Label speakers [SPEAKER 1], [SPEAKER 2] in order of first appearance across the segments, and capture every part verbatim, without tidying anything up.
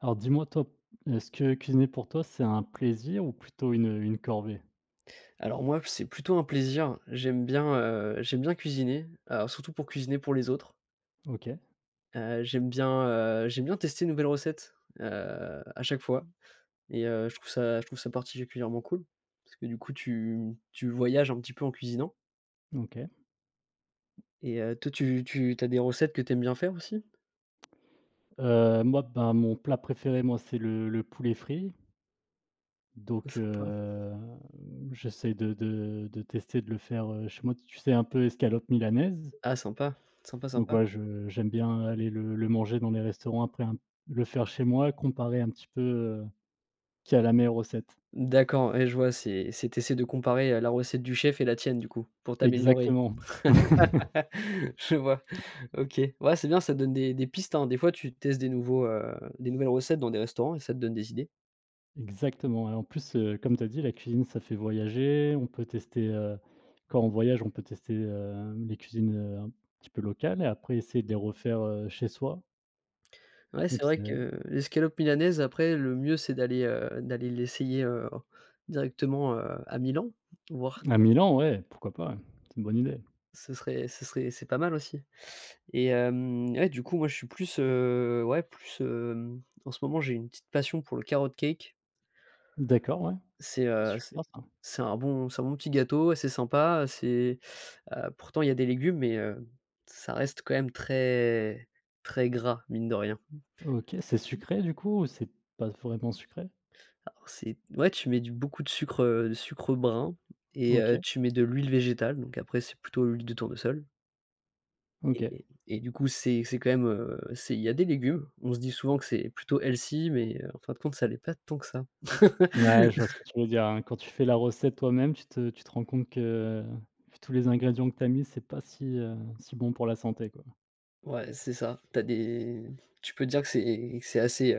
[SPEAKER 1] Alors dis-moi toi, est-ce que cuisiner pour toi, c'est un plaisir ou plutôt une, une corvée?
[SPEAKER 2] Alors moi, c'est plutôt un plaisir. J'aime bien, heu, j'aime bien cuisiner, alors surtout pour cuisiner pour les autres.
[SPEAKER 1] OK,
[SPEAKER 2] Heu, j'aime bien, heu, j'aime bien tester de nouvelles recettes, heu, à chaque fois et heu, je trouve ça je trouve ça particulièrement cool parce que du coup tu tu voyages un petit peu en cuisinant
[SPEAKER 1] OK.
[SPEAKER 2] et heu, toi tu tu tu as des recettes que t'aimes bien faire aussi?
[SPEAKER 1] Heu, moi, ben, mon plat préféré, moi, c'est le le poulet frit, donc
[SPEAKER 2] Sympa.
[SPEAKER 1] heu, j'essaie de de de tester de le faire, heu, chez moi. Tu sais, un peu escalope milanaise,
[SPEAKER 2] Ah sympa, sympa,
[SPEAKER 1] donc
[SPEAKER 2] sympa.
[SPEAKER 1] voilà, je j'aime bien aller le le manger dans les restaurants après un le faire chez moi, comparer un petit peu, heu, qui a la meilleure recette.
[SPEAKER 2] D'accord, et je vois, c'est c'est tu de comparer, heu, la recette du chef et la tienne du coup, pour t'améliorer.
[SPEAKER 1] Exactement.
[SPEAKER 2] Je vois. OK. Ouais, c'est bien, ça donne des des pistes, hein. Des fois, tu testes des nouveaux, heu, des nouvelles recettes dans des restaurants et ça te donne des idées.
[SPEAKER 1] Exactement, et en plus, heu, comme tu as dit, la cuisine, ça fait voyager. On peut tester, heu, quand on voyage, on peut tester, hem, les cuisines, heu, un petit peu locales et après essayer de les refaire, heu, chez soi.
[SPEAKER 2] Ouais, c'est
[SPEAKER 1] Donc
[SPEAKER 2] vrai
[SPEAKER 1] c'est
[SPEAKER 2] que l'escalope milanaise, après, le mieux, c'est d'aller, heu, d'aller l'essayer, heu, directement, heu, à Milan, voir co
[SPEAKER 1] à Milan, ouais, pourquoi pas, ouais, c'est une bonne idée.
[SPEAKER 2] ce serait ce serait c'est pas mal aussi et hem, ouais, du coup, moi, je suis plus, heu, ouais, plus, hem, en ce moment, j'ai une petite passion pour le carrot cake.
[SPEAKER 1] D'accord, ouais,
[SPEAKER 2] C'est, heu, c'est
[SPEAKER 1] super ça.
[SPEAKER 2] c'est un bon c'est un bon petit gâteau, c'est sympa, c'est, heu, pourtant il y a des légumes mais, heu, ça reste quand même très très gras mine de rien.
[SPEAKER 1] OK, c'est sucré du coup ou c'est pas vraiment sucré?
[SPEAKER 2] Alors c'est ouais tu mets du beaucoup de sucre, heu, de sucre brun et heu,
[SPEAKER 1] OK,
[SPEAKER 2] tu mets de l'huile végétale, donc après c'est plutôt l'huile de tournesol et
[SPEAKER 1] OK.
[SPEAKER 2] et et du coup c'est c'est quand même, heu, c'est il y a des légumes. On se dit souvent que c'est plutôt healthy mais, heu, en fin de compte ça l'est pas tant que ça.
[SPEAKER 1] Ouais, je vois ce que tu veux dire, hein. Quand tu fais la recette toi-même, tu te tu te rends compte que tous les ingrédients que tu as mis, c'est pas si, heu, si bon pour la santé, quoi.
[SPEAKER 2] Ouais, c'est ça. Tu as des Tu peux dire que c'est que c'est assez,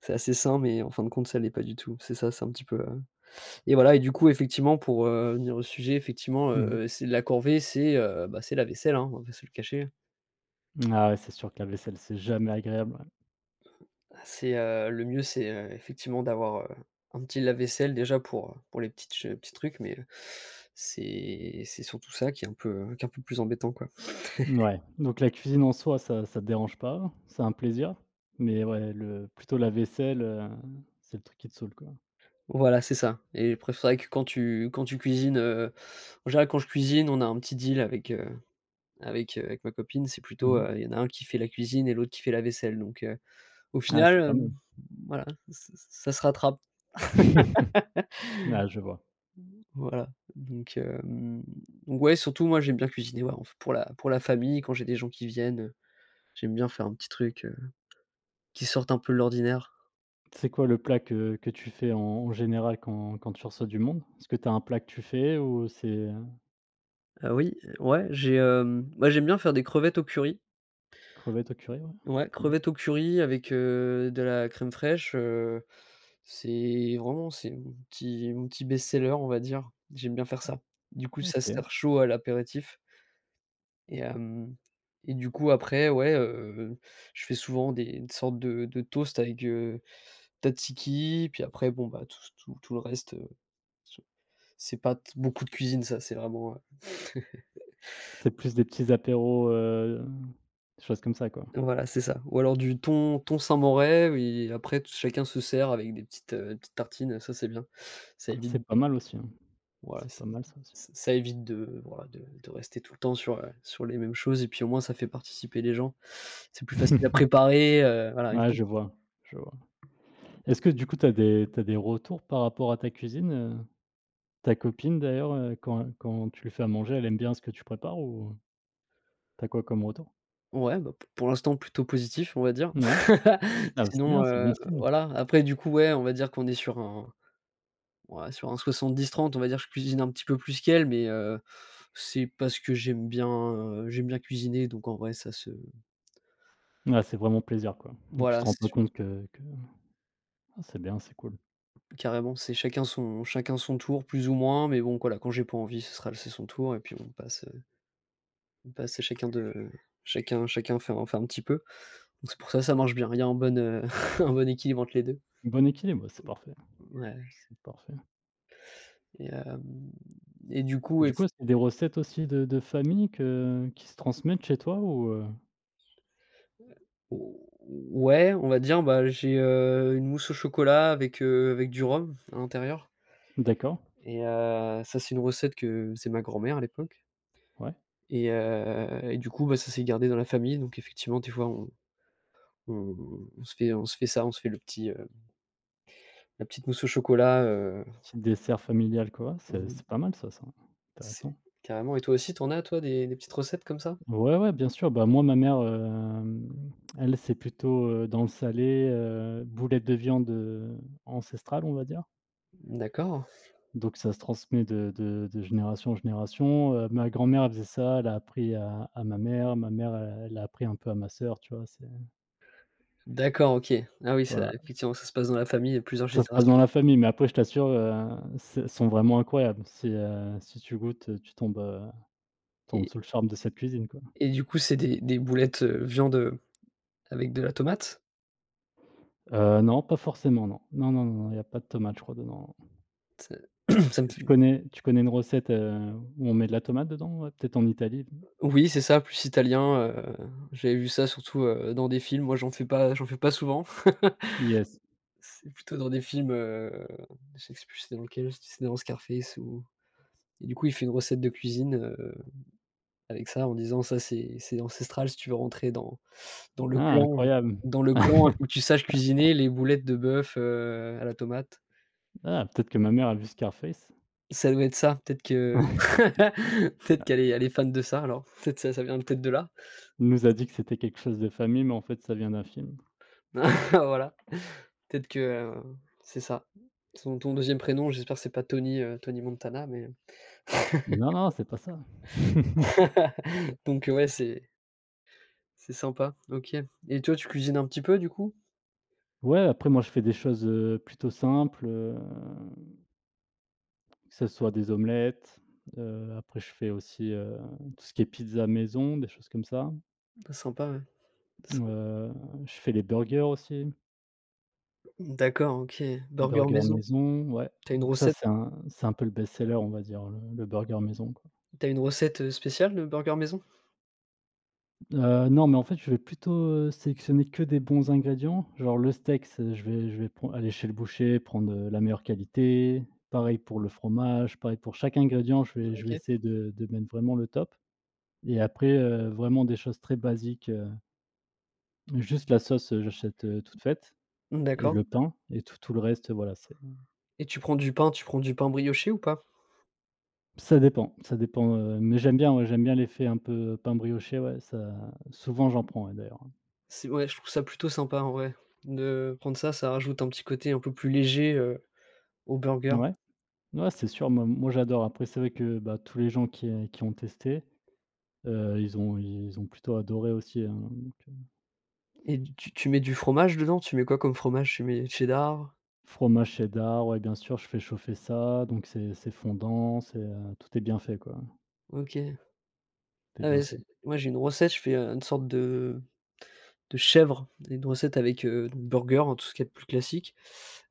[SPEAKER 2] c'est assez sain, mais en fin de compte, ça l'est pas du tout. C'est ça, c'est un petit peu, heu et voilà et du coup, effectivement, pour, heu, venir au sujet, effectivement,
[SPEAKER 1] Mmh.
[SPEAKER 2] heu, c'est la corvée, c'est, heu, bah, c'est la vaisselle, hein, on va pas se le cacher.
[SPEAKER 1] Ah ouais, c'est sûr que la vaisselle, c'est jamais agréable, ouais.
[SPEAKER 2] C'est, heu, le mieux, c'est, heu, effectivement d'avoir, heu, un petit lave-vaisselle déjà pour, heu, pour les petites ch petits trucs, mais heu, c'est c'est surtout ça qui est un peu, heu, qui est un peu plus embêtant, quoi.
[SPEAKER 1] Ouais, donc la cuisine en soi, ça ça te dérange pas, c'est un plaisir, mais ouais, le plutôt la vaisselle, heu, c'est le truc qui te saoule, quoi.
[SPEAKER 2] Voilà, c'est ça et après, c'est vrai que quand tu quand tu cuisines, heu, en général, quand je cuisine, on a un petit deal avec, heu avec, heu, avec ma copine, c'est plutôt,
[SPEAKER 1] Mmh.
[SPEAKER 2] heu, il y en a un qui fait la cuisine et l'autre qui fait la vaisselle donc heu, au
[SPEAKER 1] Ah,
[SPEAKER 2] final,
[SPEAKER 1] c'est pas
[SPEAKER 2] hem,
[SPEAKER 1] mal.
[SPEAKER 2] voilà, ç ç ça se rattrape,
[SPEAKER 1] Ah, je vois.
[SPEAKER 2] voilà donc hem, donc ouais, surtout moi, j'aime bien cuisiner, ouais, enf pour la pour la famille, quand j'ai des gens qui viennent, heu, j'aime bien faire un petit truc, heu, qui sorte un peu de l'ordinaire.
[SPEAKER 1] C'est quoi le plat que que tu fais en en général quand quand tu reçois du monde? Est-ce que tu as un plat que tu fais ou c'est, heu,
[SPEAKER 2] Heu, oui, ouais, j'ai, hem, moi, j'aime bien faire des crevettes au curry.
[SPEAKER 1] crevettes au curry, ouais?
[SPEAKER 2] Ouais,
[SPEAKER 1] Pardon.
[SPEAKER 2] crevettes au curry avec, heu, de la crème fraîche, heu, c'est vraiment c'est mon petit mon petit best-seller, on va dire. J'aime bien faire ça. Du coup, ça se
[SPEAKER 1] OK.
[SPEAKER 2] sert chaud à l'apéritif et hem et du coup après, ouais, heu, je fais souvent des des sortes de de toasts avec, heu, tzatziki, puis après bon, bah, tout tout tout le reste, heu, c'est pas t beaucoup de cuisine ça, c'est vraiment, heu
[SPEAKER 1] C'est plus des petits apéros, heu, des choses comme ça, quoi.
[SPEAKER 2] voilà, c'est ça. Ou alors du thon thon saint-morais, oui, après t chacun se sert avec des petites, heu, petites tartines, ça c'est bien. Ça évite
[SPEAKER 1] C'est pas mal aussi, hein.
[SPEAKER 2] voilà,
[SPEAKER 1] C'est
[SPEAKER 2] ça
[SPEAKER 1] pas mal ça aussi.
[SPEAKER 2] ça ça évite de voilà, de de rester tout le temps sur, heu, sur les mêmes choses et puis au moins ça fait participer les gens. C'est plus facile à préparer, heu, voilà une
[SPEAKER 1] Ouais, je vois, je vois. Est-ce que du coup, tu as des t'as des retours par rapport à ta cuisine, heu? Ta copine d'ailleurs, heu, quand quand tu lui fais à manger, elle aime bien ce que tu prépares ou t'as quoi comme retour?
[SPEAKER 2] ouais, bah, p pour l'instant plutôt positif, on va dire.
[SPEAKER 1] Ouais. Ah bah, c'est
[SPEAKER 2] Sinon,
[SPEAKER 1] bien, c'est bon
[SPEAKER 2] heu,
[SPEAKER 1] signe.
[SPEAKER 2] voilà, après du coup, ouais, on va dire qu'on est sur un ouais, sur un soixante-dix trente on va dire, que je cuisine un petit peu plus qu'elle, mais heu, c'est parce que j'aime bien, heu, j'aime bien cuisiner, donc en vrai, ça se
[SPEAKER 1] Ah c'est vraiment plaisir, quoi. Donc tu
[SPEAKER 2] voilà,
[SPEAKER 1] te rends
[SPEAKER 2] c'est
[SPEAKER 1] pas compte que que ah, c'est bien, c'est cool.
[SPEAKER 2] carrément, c'est chacun son chacun son tour, plus ou moins, mais bon, voilà, quand j'ai pas envie, ce sera c'est son tour et puis on passe, heu, on passe à chacun de chacun chacun fait un fait un petit peu. Donc c'est pour ça, ça marche bien. Il y a un bon, heu, un bon équilibre entre les deux.
[SPEAKER 1] Bon équilibre, ouais, c'est parfait,
[SPEAKER 2] Ouais
[SPEAKER 1] c'est parfait.
[SPEAKER 2] et hem et du coup,
[SPEAKER 1] Du coup,
[SPEAKER 2] eff
[SPEAKER 1] est-ce qu'il y a des recettes aussi de de famille que qui se transmettent chez toi ou, heu?
[SPEAKER 2] o ouais, on va dire, bah, j'ai, heu, une mousse au chocolat avec, heu, avec du rhum à l'intérieur
[SPEAKER 1] D'accord,
[SPEAKER 2] et heu, ça, c'est une recette que c'est ma grand-mère à l'époque
[SPEAKER 1] ouais.
[SPEAKER 2] et heu et du coup, bah, ça s'est gardé dans la famille donc effectivement, des fois, on on on se fait on se fait ça, on se fait le petit, heu, la petite mousse au chocolat, heu,
[SPEAKER 1] Petit dessert familial, quoi. C'est
[SPEAKER 2] mmh,
[SPEAKER 1] c'est pas mal ça, ça.
[SPEAKER 2] c'est
[SPEAKER 1] Intéressant.
[SPEAKER 2] carrément et toi aussi, t'en as, toi, des des petites recettes comme ça?
[SPEAKER 1] Ouais, ouais, bien sûr. Bah, moi, ma mère, hem, elle, c'est plutôt, heu, dans le salé, heu, boulettes de viande, heu, ancestrales, on va dire.
[SPEAKER 2] D'accord.
[SPEAKER 1] Donc ça se transmet de de de génération en génération, heu, ma grand-mère, elle faisait ça, elle a appris à à ma mère, ma mère, elle elle a appris un peu à ma sœur, tu vois? C'est
[SPEAKER 2] D'accord, OK. Ah oui, ça
[SPEAKER 1] Voilà,
[SPEAKER 2] effectivement, ça se passe dans la famille, plusieurs
[SPEAKER 1] ça se passe
[SPEAKER 2] générations
[SPEAKER 1] dans la famille, mais après je t'assure, heu, c'est elles sont vraiment incroyables. Si, heu, si tu goûtes, tu tombes, heu, tombes
[SPEAKER 2] et
[SPEAKER 1] sous le charme de cette cuisine, quoi.
[SPEAKER 2] et du coup, c'est des des boulettes, heu, viande, euh, avec de la tomate?
[SPEAKER 1] Heu, non, pas forcément, non. Non, non, non, il y a pas de tomate je crois, dedans.
[SPEAKER 2] Ça ça
[SPEAKER 1] Est-ce
[SPEAKER 2] me
[SPEAKER 1] que
[SPEAKER 2] fait
[SPEAKER 1] tu connais tu connais une recette, heu, où on met de la tomate dedans, ouais, peut-être en Italie?
[SPEAKER 2] oui, c'est ça, plus italien, heu, j'avais vu ça surtout, heu, dans des films. Moi, j'en fais pas j'en fais pas souvent.
[SPEAKER 1] Yes.
[SPEAKER 2] C'est plutôt dans des films, heu, je sais plus c'était dans lequel, si c'était dans Scarface ou et du coup, il fait une recette de cuisine, heu, avec ça en disant: «Ça, c'est c'est ancestral si tu veux rentrer dans dans le
[SPEAKER 1] Ah
[SPEAKER 2] clan
[SPEAKER 1] incroyable!
[SPEAKER 2] dans le clan, il faut que tu saches cuisiner les boulettes de bœuf, heu, à la tomate».
[SPEAKER 1] Ah peut-être que ma mère a vu Scarface.
[SPEAKER 2] Ça doit être ça, peut-être que peut-être qu'elle est elle est fan de ça alors, peut-être ça ça vient peut-être de là.
[SPEAKER 1] Elle nous a dit que c'était quelque chose de famille, mais en fait ça vient d'un film.
[SPEAKER 2] Voilà. Peut-être que, heu, c'est ça. Son ton deuxième prénom, j'espère que c'est pas Tony, heu, Tony Montana, mais
[SPEAKER 1] Mais non, non, c'est pas ça.
[SPEAKER 2] donc ouais, c'est c'est sympa, OK et toi, tu cuisines un petit peu, du coup?
[SPEAKER 1] Ouais, après moi je fais des choses, heu, plutôt simples, heu, que ce soit des omelettes, heu, après je fais aussi, heu, tout ce qui est pizza maison, des choses comme ça.
[SPEAKER 2] Sympa, ouais. Symp
[SPEAKER 1] Heu, je fais les burgers aussi.
[SPEAKER 2] D'accord, OK. Burger
[SPEAKER 1] Burger
[SPEAKER 2] maison.
[SPEAKER 1] maison, ouais,
[SPEAKER 2] T'as une
[SPEAKER 1] donc ça,
[SPEAKER 2] recette
[SPEAKER 1] c'est un c'est un peu le best-seller, on va dire, le le burger maison, quoi.
[SPEAKER 2] T'as une recette, heu, spéciale de burger maison?
[SPEAKER 1] Heu, non, mais en fait, je vais plutôt, heu, sélectionner que des bons ingrédients. Genre le steak, c'est je vais je vais pren aller chez le boucher, prendre, heu, la meilleure qualité. Pareil pour le fromage, pareil pour chaque ingrédient, je vais je vais
[SPEAKER 2] OK.
[SPEAKER 1] essayer de de mettre vraiment le top. Et après, heu, vraiment des choses très basiques, heu, juste la sauce, heu, j'achète, heu, toute faite, et
[SPEAKER 2] D'accord
[SPEAKER 1] le pain et tout tout le reste, voilà, c'est.
[SPEAKER 2] et tu prends du pain tu prends du pain brioché ou pas?
[SPEAKER 1] Ça dépend, ça dépend, heu, mais j'aime bien, ouais, j'aime bien l'effet un peu pain brioché, ouais, ça souvent j'en prends, ouais, d'ailleurs.
[SPEAKER 2] C'est ouais, je trouve ça plutôt sympa, en vrai, de prendre ça, ça rajoute un petit côté un peu plus léger, heu, au burger
[SPEAKER 1] Ouais, ouais, c'est sûr, moi moi j'adore. Après c'est vrai que, bah, tous les gens qui, heu, qui ont testé, heu, ils ont ils ont plutôt adoré aussi, hein, donc heu,
[SPEAKER 2] et tu tu mets du fromage dedans? Tu mets quoi comme fromage? Tu mets cheddar?
[SPEAKER 1] fromage cheddar, ouais, bien sûr, je fais chauffer ça, donc c'est c'est fondant, c'est, heu, tout est bien fait, quoi,
[SPEAKER 2] OK.
[SPEAKER 1] tout est
[SPEAKER 2] Ah
[SPEAKER 1] bien
[SPEAKER 2] ouais, c'est
[SPEAKER 1] fait.
[SPEAKER 2] moi j'ai une recette, je fais, heu, une sorte de de chèvre, une recette avec, heu, donc burger, hein, tout ce qu'il y a de plus classique,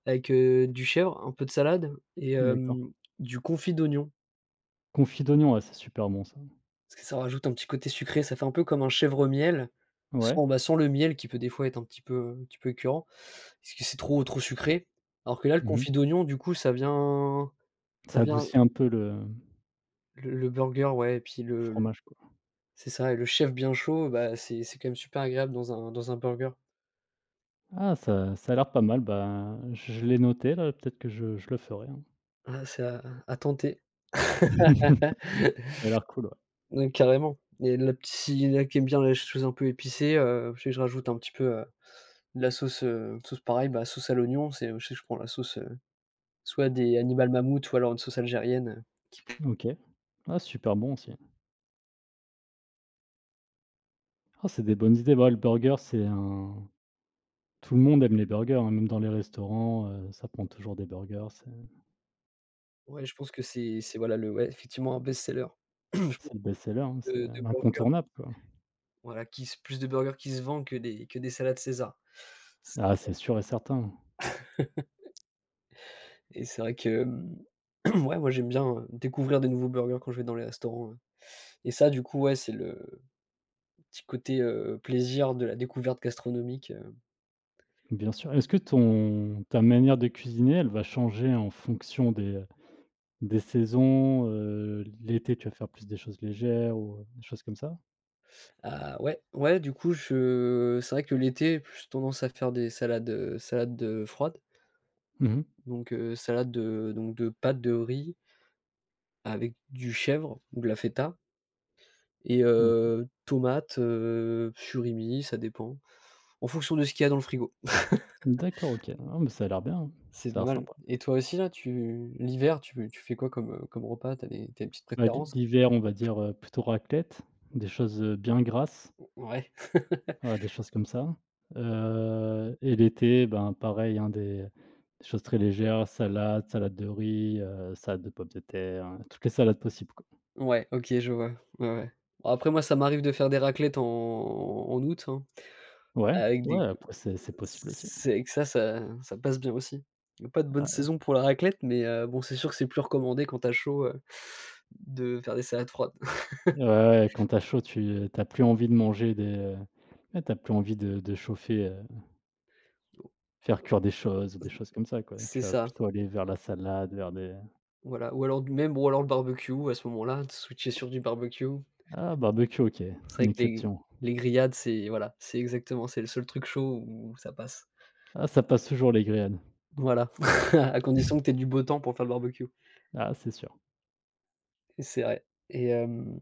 [SPEAKER 2] avec, heu, du chèvre, un peu de salade et
[SPEAKER 1] D'accord.
[SPEAKER 2] hem, du confit d'oignon.
[SPEAKER 1] Confit d'oignon, ouais, c'est super bon ça.
[SPEAKER 2] Parce que ça rajoute un petit côté sucré, ça fait un peu comme un chèvre miel,
[SPEAKER 1] Ouais.
[SPEAKER 2] sans, bah, sans le miel qui peut des fois être un petit peu, un petit peu écœurant, parce que c'est trop trop sucré. Alors que là, le
[SPEAKER 1] Mmh mh.
[SPEAKER 2] confit d'oignon, du coup, ça vient ça
[SPEAKER 1] Ça
[SPEAKER 2] vient
[SPEAKER 1] adoucit un peu le
[SPEAKER 2] le le burger, ouais et puis
[SPEAKER 1] le
[SPEAKER 2] le
[SPEAKER 1] fromage, quoi.
[SPEAKER 2] c'est ça et le chef bien chaud, bah, c'est c'est quand même super agréable dans un dans un burger.
[SPEAKER 1] Ah ça ça a l'air pas mal, bah, je je l'ai noté là, peut-être que je je le ferai, hein.
[SPEAKER 2] Ah, c'est à à tenter.
[SPEAKER 1] Ça a l'air cool, ouais.
[SPEAKER 2] Donc carrément et la petite s'il y en a qui aiment bien les choses un peu épicées, heu, je sais que je rajoute un petit peu, heu, de la sauce, heu, sauce pareil, bah, sauce à l'oignon, c'est je sais que je prends la sauce, heu, soit des animal Mammouth ou alors une sauce algérienne.
[SPEAKER 1] OK. Ah super bon aussi. Ah c'est des bonnes idées. Bah, le burger c'est un tout le monde aime les burgers, hein, même dans les restaurants, heu, ça prend toujours des burgers, c'est
[SPEAKER 2] Ouais, je pense que c'est c'est voilà le ouais, effectivement un best-seller
[SPEAKER 1] c'est le best-seller, hein,
[SPEAKER 2] de
[SPEAKER 1] c'est
[SPEAKER 2] de burger,
[SPEAKER 1] l'incontournable, quoi.
[SPEAKER 2] voilà, qui se plus de burgers qui se vendent que des que des salades César.
[SPEAKER 1] Ah c'est sûr et certain,
[SPEAKER 2] Et c'est vrai que, hem, ouais, moi, j'aime bien, heu, découvrir des nouveaux burgers quand je vais dans les restaurants, ouais. Et ça, du coup, ouais, c'est le petit côté, heu, plaisir de la découverte gastronomique, heu.
[SPEAKER 1] bien sûr. Est-ce que ton ta manière de cuisiner, elle va changer en fonction des des saisons, heu, l'été tu vas faire plus des choses légères ou des choses comme ça?
[SPEAKER 2] Ah ouais, ouais, du coup, je c'est vrai que l'été, j'ai plus tendance à faire des salades, heu, salades, heu, froides.
[SPEAKER 1] Mmh.
[SPEAKER 2] Donc, heu, salade de donc de pâtes de riz avec du chèvre ou de la feta et
[SPEAKER 1] OK.
[SPEAKER 2] heu, tomates, heu, surimi, ça dépend, en fonction de ce qu'il y a dans le frigo.
[SPEAKER 1] D'accord, OK. Ah mais ça a l'air bien, hein.
[SPEAKER 2] C'est
[SPEAKER 1] Ça a
[SPEAKER 2] pas
[SPEAKER 1] l'air
[SPEAKER 2] mal.
[SPEAKER 1] sympa.
[SPEAKER 2] Et toi aussi là, tu l'hiver, tu tu fais quoi comme, heu, comme repas? T'as des t'as as des petites
[SPEAKER 1] Bah, l'hi
[SPEAKER 2] préférences?
[SPEAKER 1] l'hiver, on va dire, heu, plutôt raclette, des choses, heu, bien grasses,
[SPEAKER 2] Ouais.
[SPEAKER 1] voilà, des choses comme ça. Heu et l'été, ben, pareil, hein, des des choses très légères, salade, salade de riz, heu, salade de pommes de terre, hein, toutes les salades possibles, quoi.
[SPEAKER 2] Ouais, OK, je vois. Ouais, ouais. Bon, après moi, ça m'arrive de faire des raclettes en en août, hein,
[SPEAKER 1] Ouais,
[SPEAKER 2] avec des
[SPEAKER 1] ouais,
[SPEAKER 2] co
[SPEAKER 1] après c'est c'est possible aussi, hein.
[SPEAKER 2] c'est que ça, ça ça passe bien aussi. Y a pas de bonne
[SPEAKER 1] Ah,
[SPEAKER 2] saison pour la raclette, mais heu, bon, c'est sûr que c'est plus recommandé quand t'as chaud, heu, de faire des salades froides.
[SPEAKER 1] ouais, ouais, quand t'as chaud, tu, heu, as plus envie de manger des, heu, ouais, tu plus envie de de chauffer, heu, faire cuire des choses ou des choses comme ça, quoi.
[SPEAKER 2] C'est
[SPEAKER 1] Tu vas
[SPEAKER 2] ça,
[SPEAKER 1] plutôt aller vers la salade, vers des.
[SPEAKER 2] voilà. Ou alors même ou alors le barbecue à ce moment-là, de switcher sur du barbecue.
[SPEAKER 1] Ah barbecue, OK,
[SPEAKER 2] C'est
[SPEAKER 1] une
[SPEAKER 2] vrai que les
[SPEAKER 1] exception.
[SPEAKER 2] les grillades, c'est voilà, c'est exactement, c'est le seul truc chaud où ça passe.
[SPEAKER 1] Ah ça passe toujours les grillades.
[SPEAKER 2] Voilà, à condition que tu aies du beau temps pour faire le barbecue.
[SPEAKER 1] Ah c'est sûr.
[SPEAKER 2] C'est vrai et hem,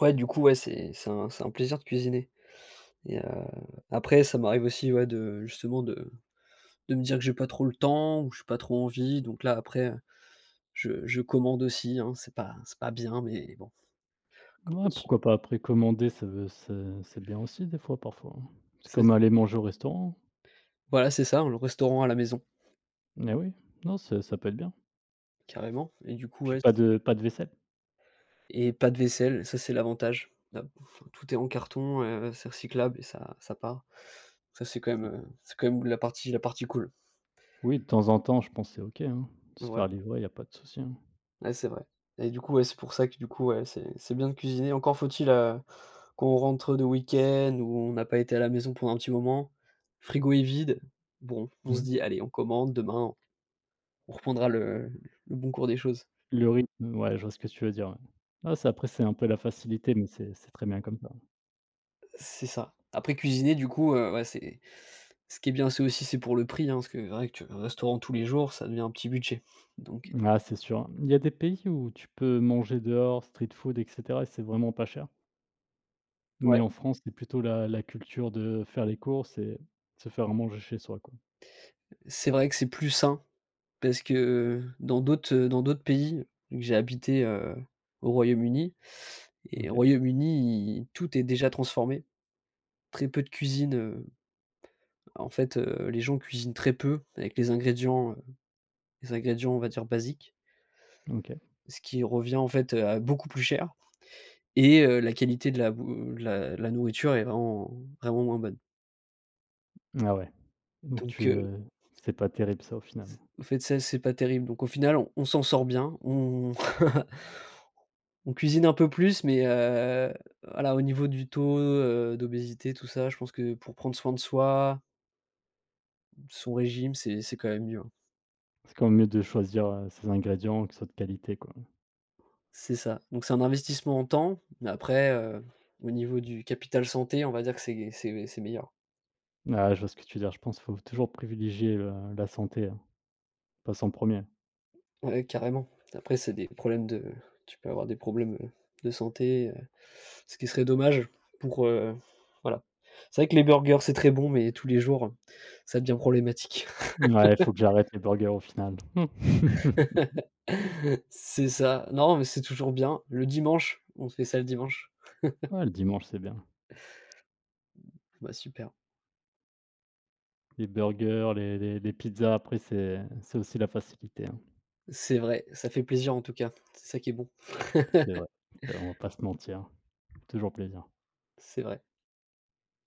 [SPEAKER 2] ouais, du coup, ouais, c'est c'est un c'est un plaisir de cuisiner et heu, après ça m'arrive aussi, ouais, de justement de de me dire que j'ai pas trop le temps ou j'ai pas trop envie, donc là, après, je je commande aussi, hein, c'est pas c'est pas bien, mais bon,
[SPEAKER 1] Ouais,
[SPEAKER 2] comment tu
[SPEAKER 1] pourquoi pas? Après commander, ça veut c'est c'est bien aussi des fois, parfois, hein. C'est
[SPEAKER 2] c'est
[SPEAKER 1] comme aller manger au restaurant.
[SPEAKER 2] voilà, c'est ça, hein, le restaurant à la maison,
[SPEAKER 1] Mais oui, non, ça ça peut être bien.
[SPEAKER 2] carrément et du coup,
[SPEAKER 1] Puis
[SPEAKER 2] ouais
[SPEAKER 1] pas de pas de vaisselle.
[SPEAKER 2] et pas de vaisselle, ça c'est l'avantage. Heu, tout est en carton, heu, c'est recyclable et ça ça part. Ça c'est quand même,
[SPEAKER 1] Ça-
[SPEAKER 2] heu, c'est quand même la partie la partie cool.
[SPEAKER 1] Oui, de temps en temps, je pense que c'est OK, hein, se
[SPEAKER 2] Ouais,
[SPEAKER 1] faire livrer, il y a pas de souci, hein.
[SPEAKER 2] ouais c'est vrai. Et du coup, ouais, c'est pour ça que du coup, ouais, c'est c'est bien de cuisiner. Encore faut-il, heu, qu'on rentre de week-end ou on n'a pas été à la maison pendant un petit moment, frigo est vide, bon, on se
[SPEAKER 1] Mmh.
[SPEAKER 2] dit: «Allez, on commande, demain on reprendra le le bon cours des choses».
[SPEAKER 1] Le rythme, ouais, je vois ce que tu veux dire, ouais. Ah, c'est après c'est un peu la facilité, mais c'est c'est très bien comme ça.
[SPEAKER 2] C'est ça. Après cuisiner du coup, heu, ouais c'est ce qui est bien, c'est aussi c'est pour le prix, hein, parce que c'est vrai que tu vas au restaurant tous les jours, ça devient un petit budget. Donc
[SPEAKER 1] Ah, c'est sûr. Il y a des pays où tu peux manger dehors, street food, et cetera, et c'est vraiment pas cher. Mais
[SPEAKER 2] ouais,
[SPEAKER 1] en France, c'est plutôt la la culture de faire les courses et se faire à manger chez soi, quoi.
[SPEAKER 2] c'est vrai que c'est plus sain parce que dans d'autres, euh, dans d'autres pays, vu que j'ai habité, heu, au Royaume-Uni et au
[SPEAKER 1] OK,
[SPEAKER 2] Royaume-Uni, il tout est déjà transformé. Très peu de cuisine, heu, en fait, heu, les gens cuisinent très peu avec les ingrédients, heu, les ingrédients on va dire basiques,
[SPEAKER 1] OK.
[SPEAKER 2] ce qui revient en fait, euh, à beaucoup plus cher. Et heu, la qualité de la bou de la de la nourriture est vraiment vraiment moins bonne.
[SPEAKER 1] Ah ouais, donc tu,
[SPEAKER 2] Donc heu,
[SPEAKER 1] heu, c'est pas terrible ça, au final.
[SPEAKER 2] au fait, ça, c'est pas terrible. Donc au final, on on s'en sort bien, on on cuisine un peu plus, mais heu, voilà, au niveau du taux, heu, d'obésité, tout ça, je pense que pour prendre soin de soi, son régime, c'est c'est quand même mieux, hein.
[SPEAKER 1] C'est quand même mieux de choisir, heu, ses ingrédients, qu'ils soient de qualité, quoi.
[SPEAKER 2] C'est ça. Donc c'est un investissement en temps, mais après, heu, au niveau du capital santé, on va dire que c'est c'est c'est meilleur.
[SPEAKER 1] Ah, je vois ce que tu veux dire. Je pense qu'il faut toujours privilégier le la santé, hein, passe en premier.
[SPEAKER 2] Ouais, carrément. Après, c'est des problèmes de tu peux avoir des problèmes, heu, de santé, heu, ce qui serait dommage pour, heu, voilà. C'est vrai que les burgers, c'est très bon, mais tous les jours, ça devient problématique.
[SPEAKER 1] Ouais, il faut que j'arrête les burgers, au final.
[SPEAKER 2] C'est ça. Non, mais c'est toujours bien. Le dimanche, on fait ça le dimanche.
[SPEAKER 1] Ouais, le dimanche, c'est bien.
[SPEAKER 2] Bah, super.
[SPEAKER 1] Les burgers, les les les pizzas, après c'est c'est aussi la facilité, hein.
[SPEAKER 2] C'est vrai, ça fait plaisir en tout cas, c'est ça qui est bon.
[SPEAKER 1] C'est vrai. Euh, on va pas se mentir. Toujours plaisir.
[SPEAKER 2] C'est vrai.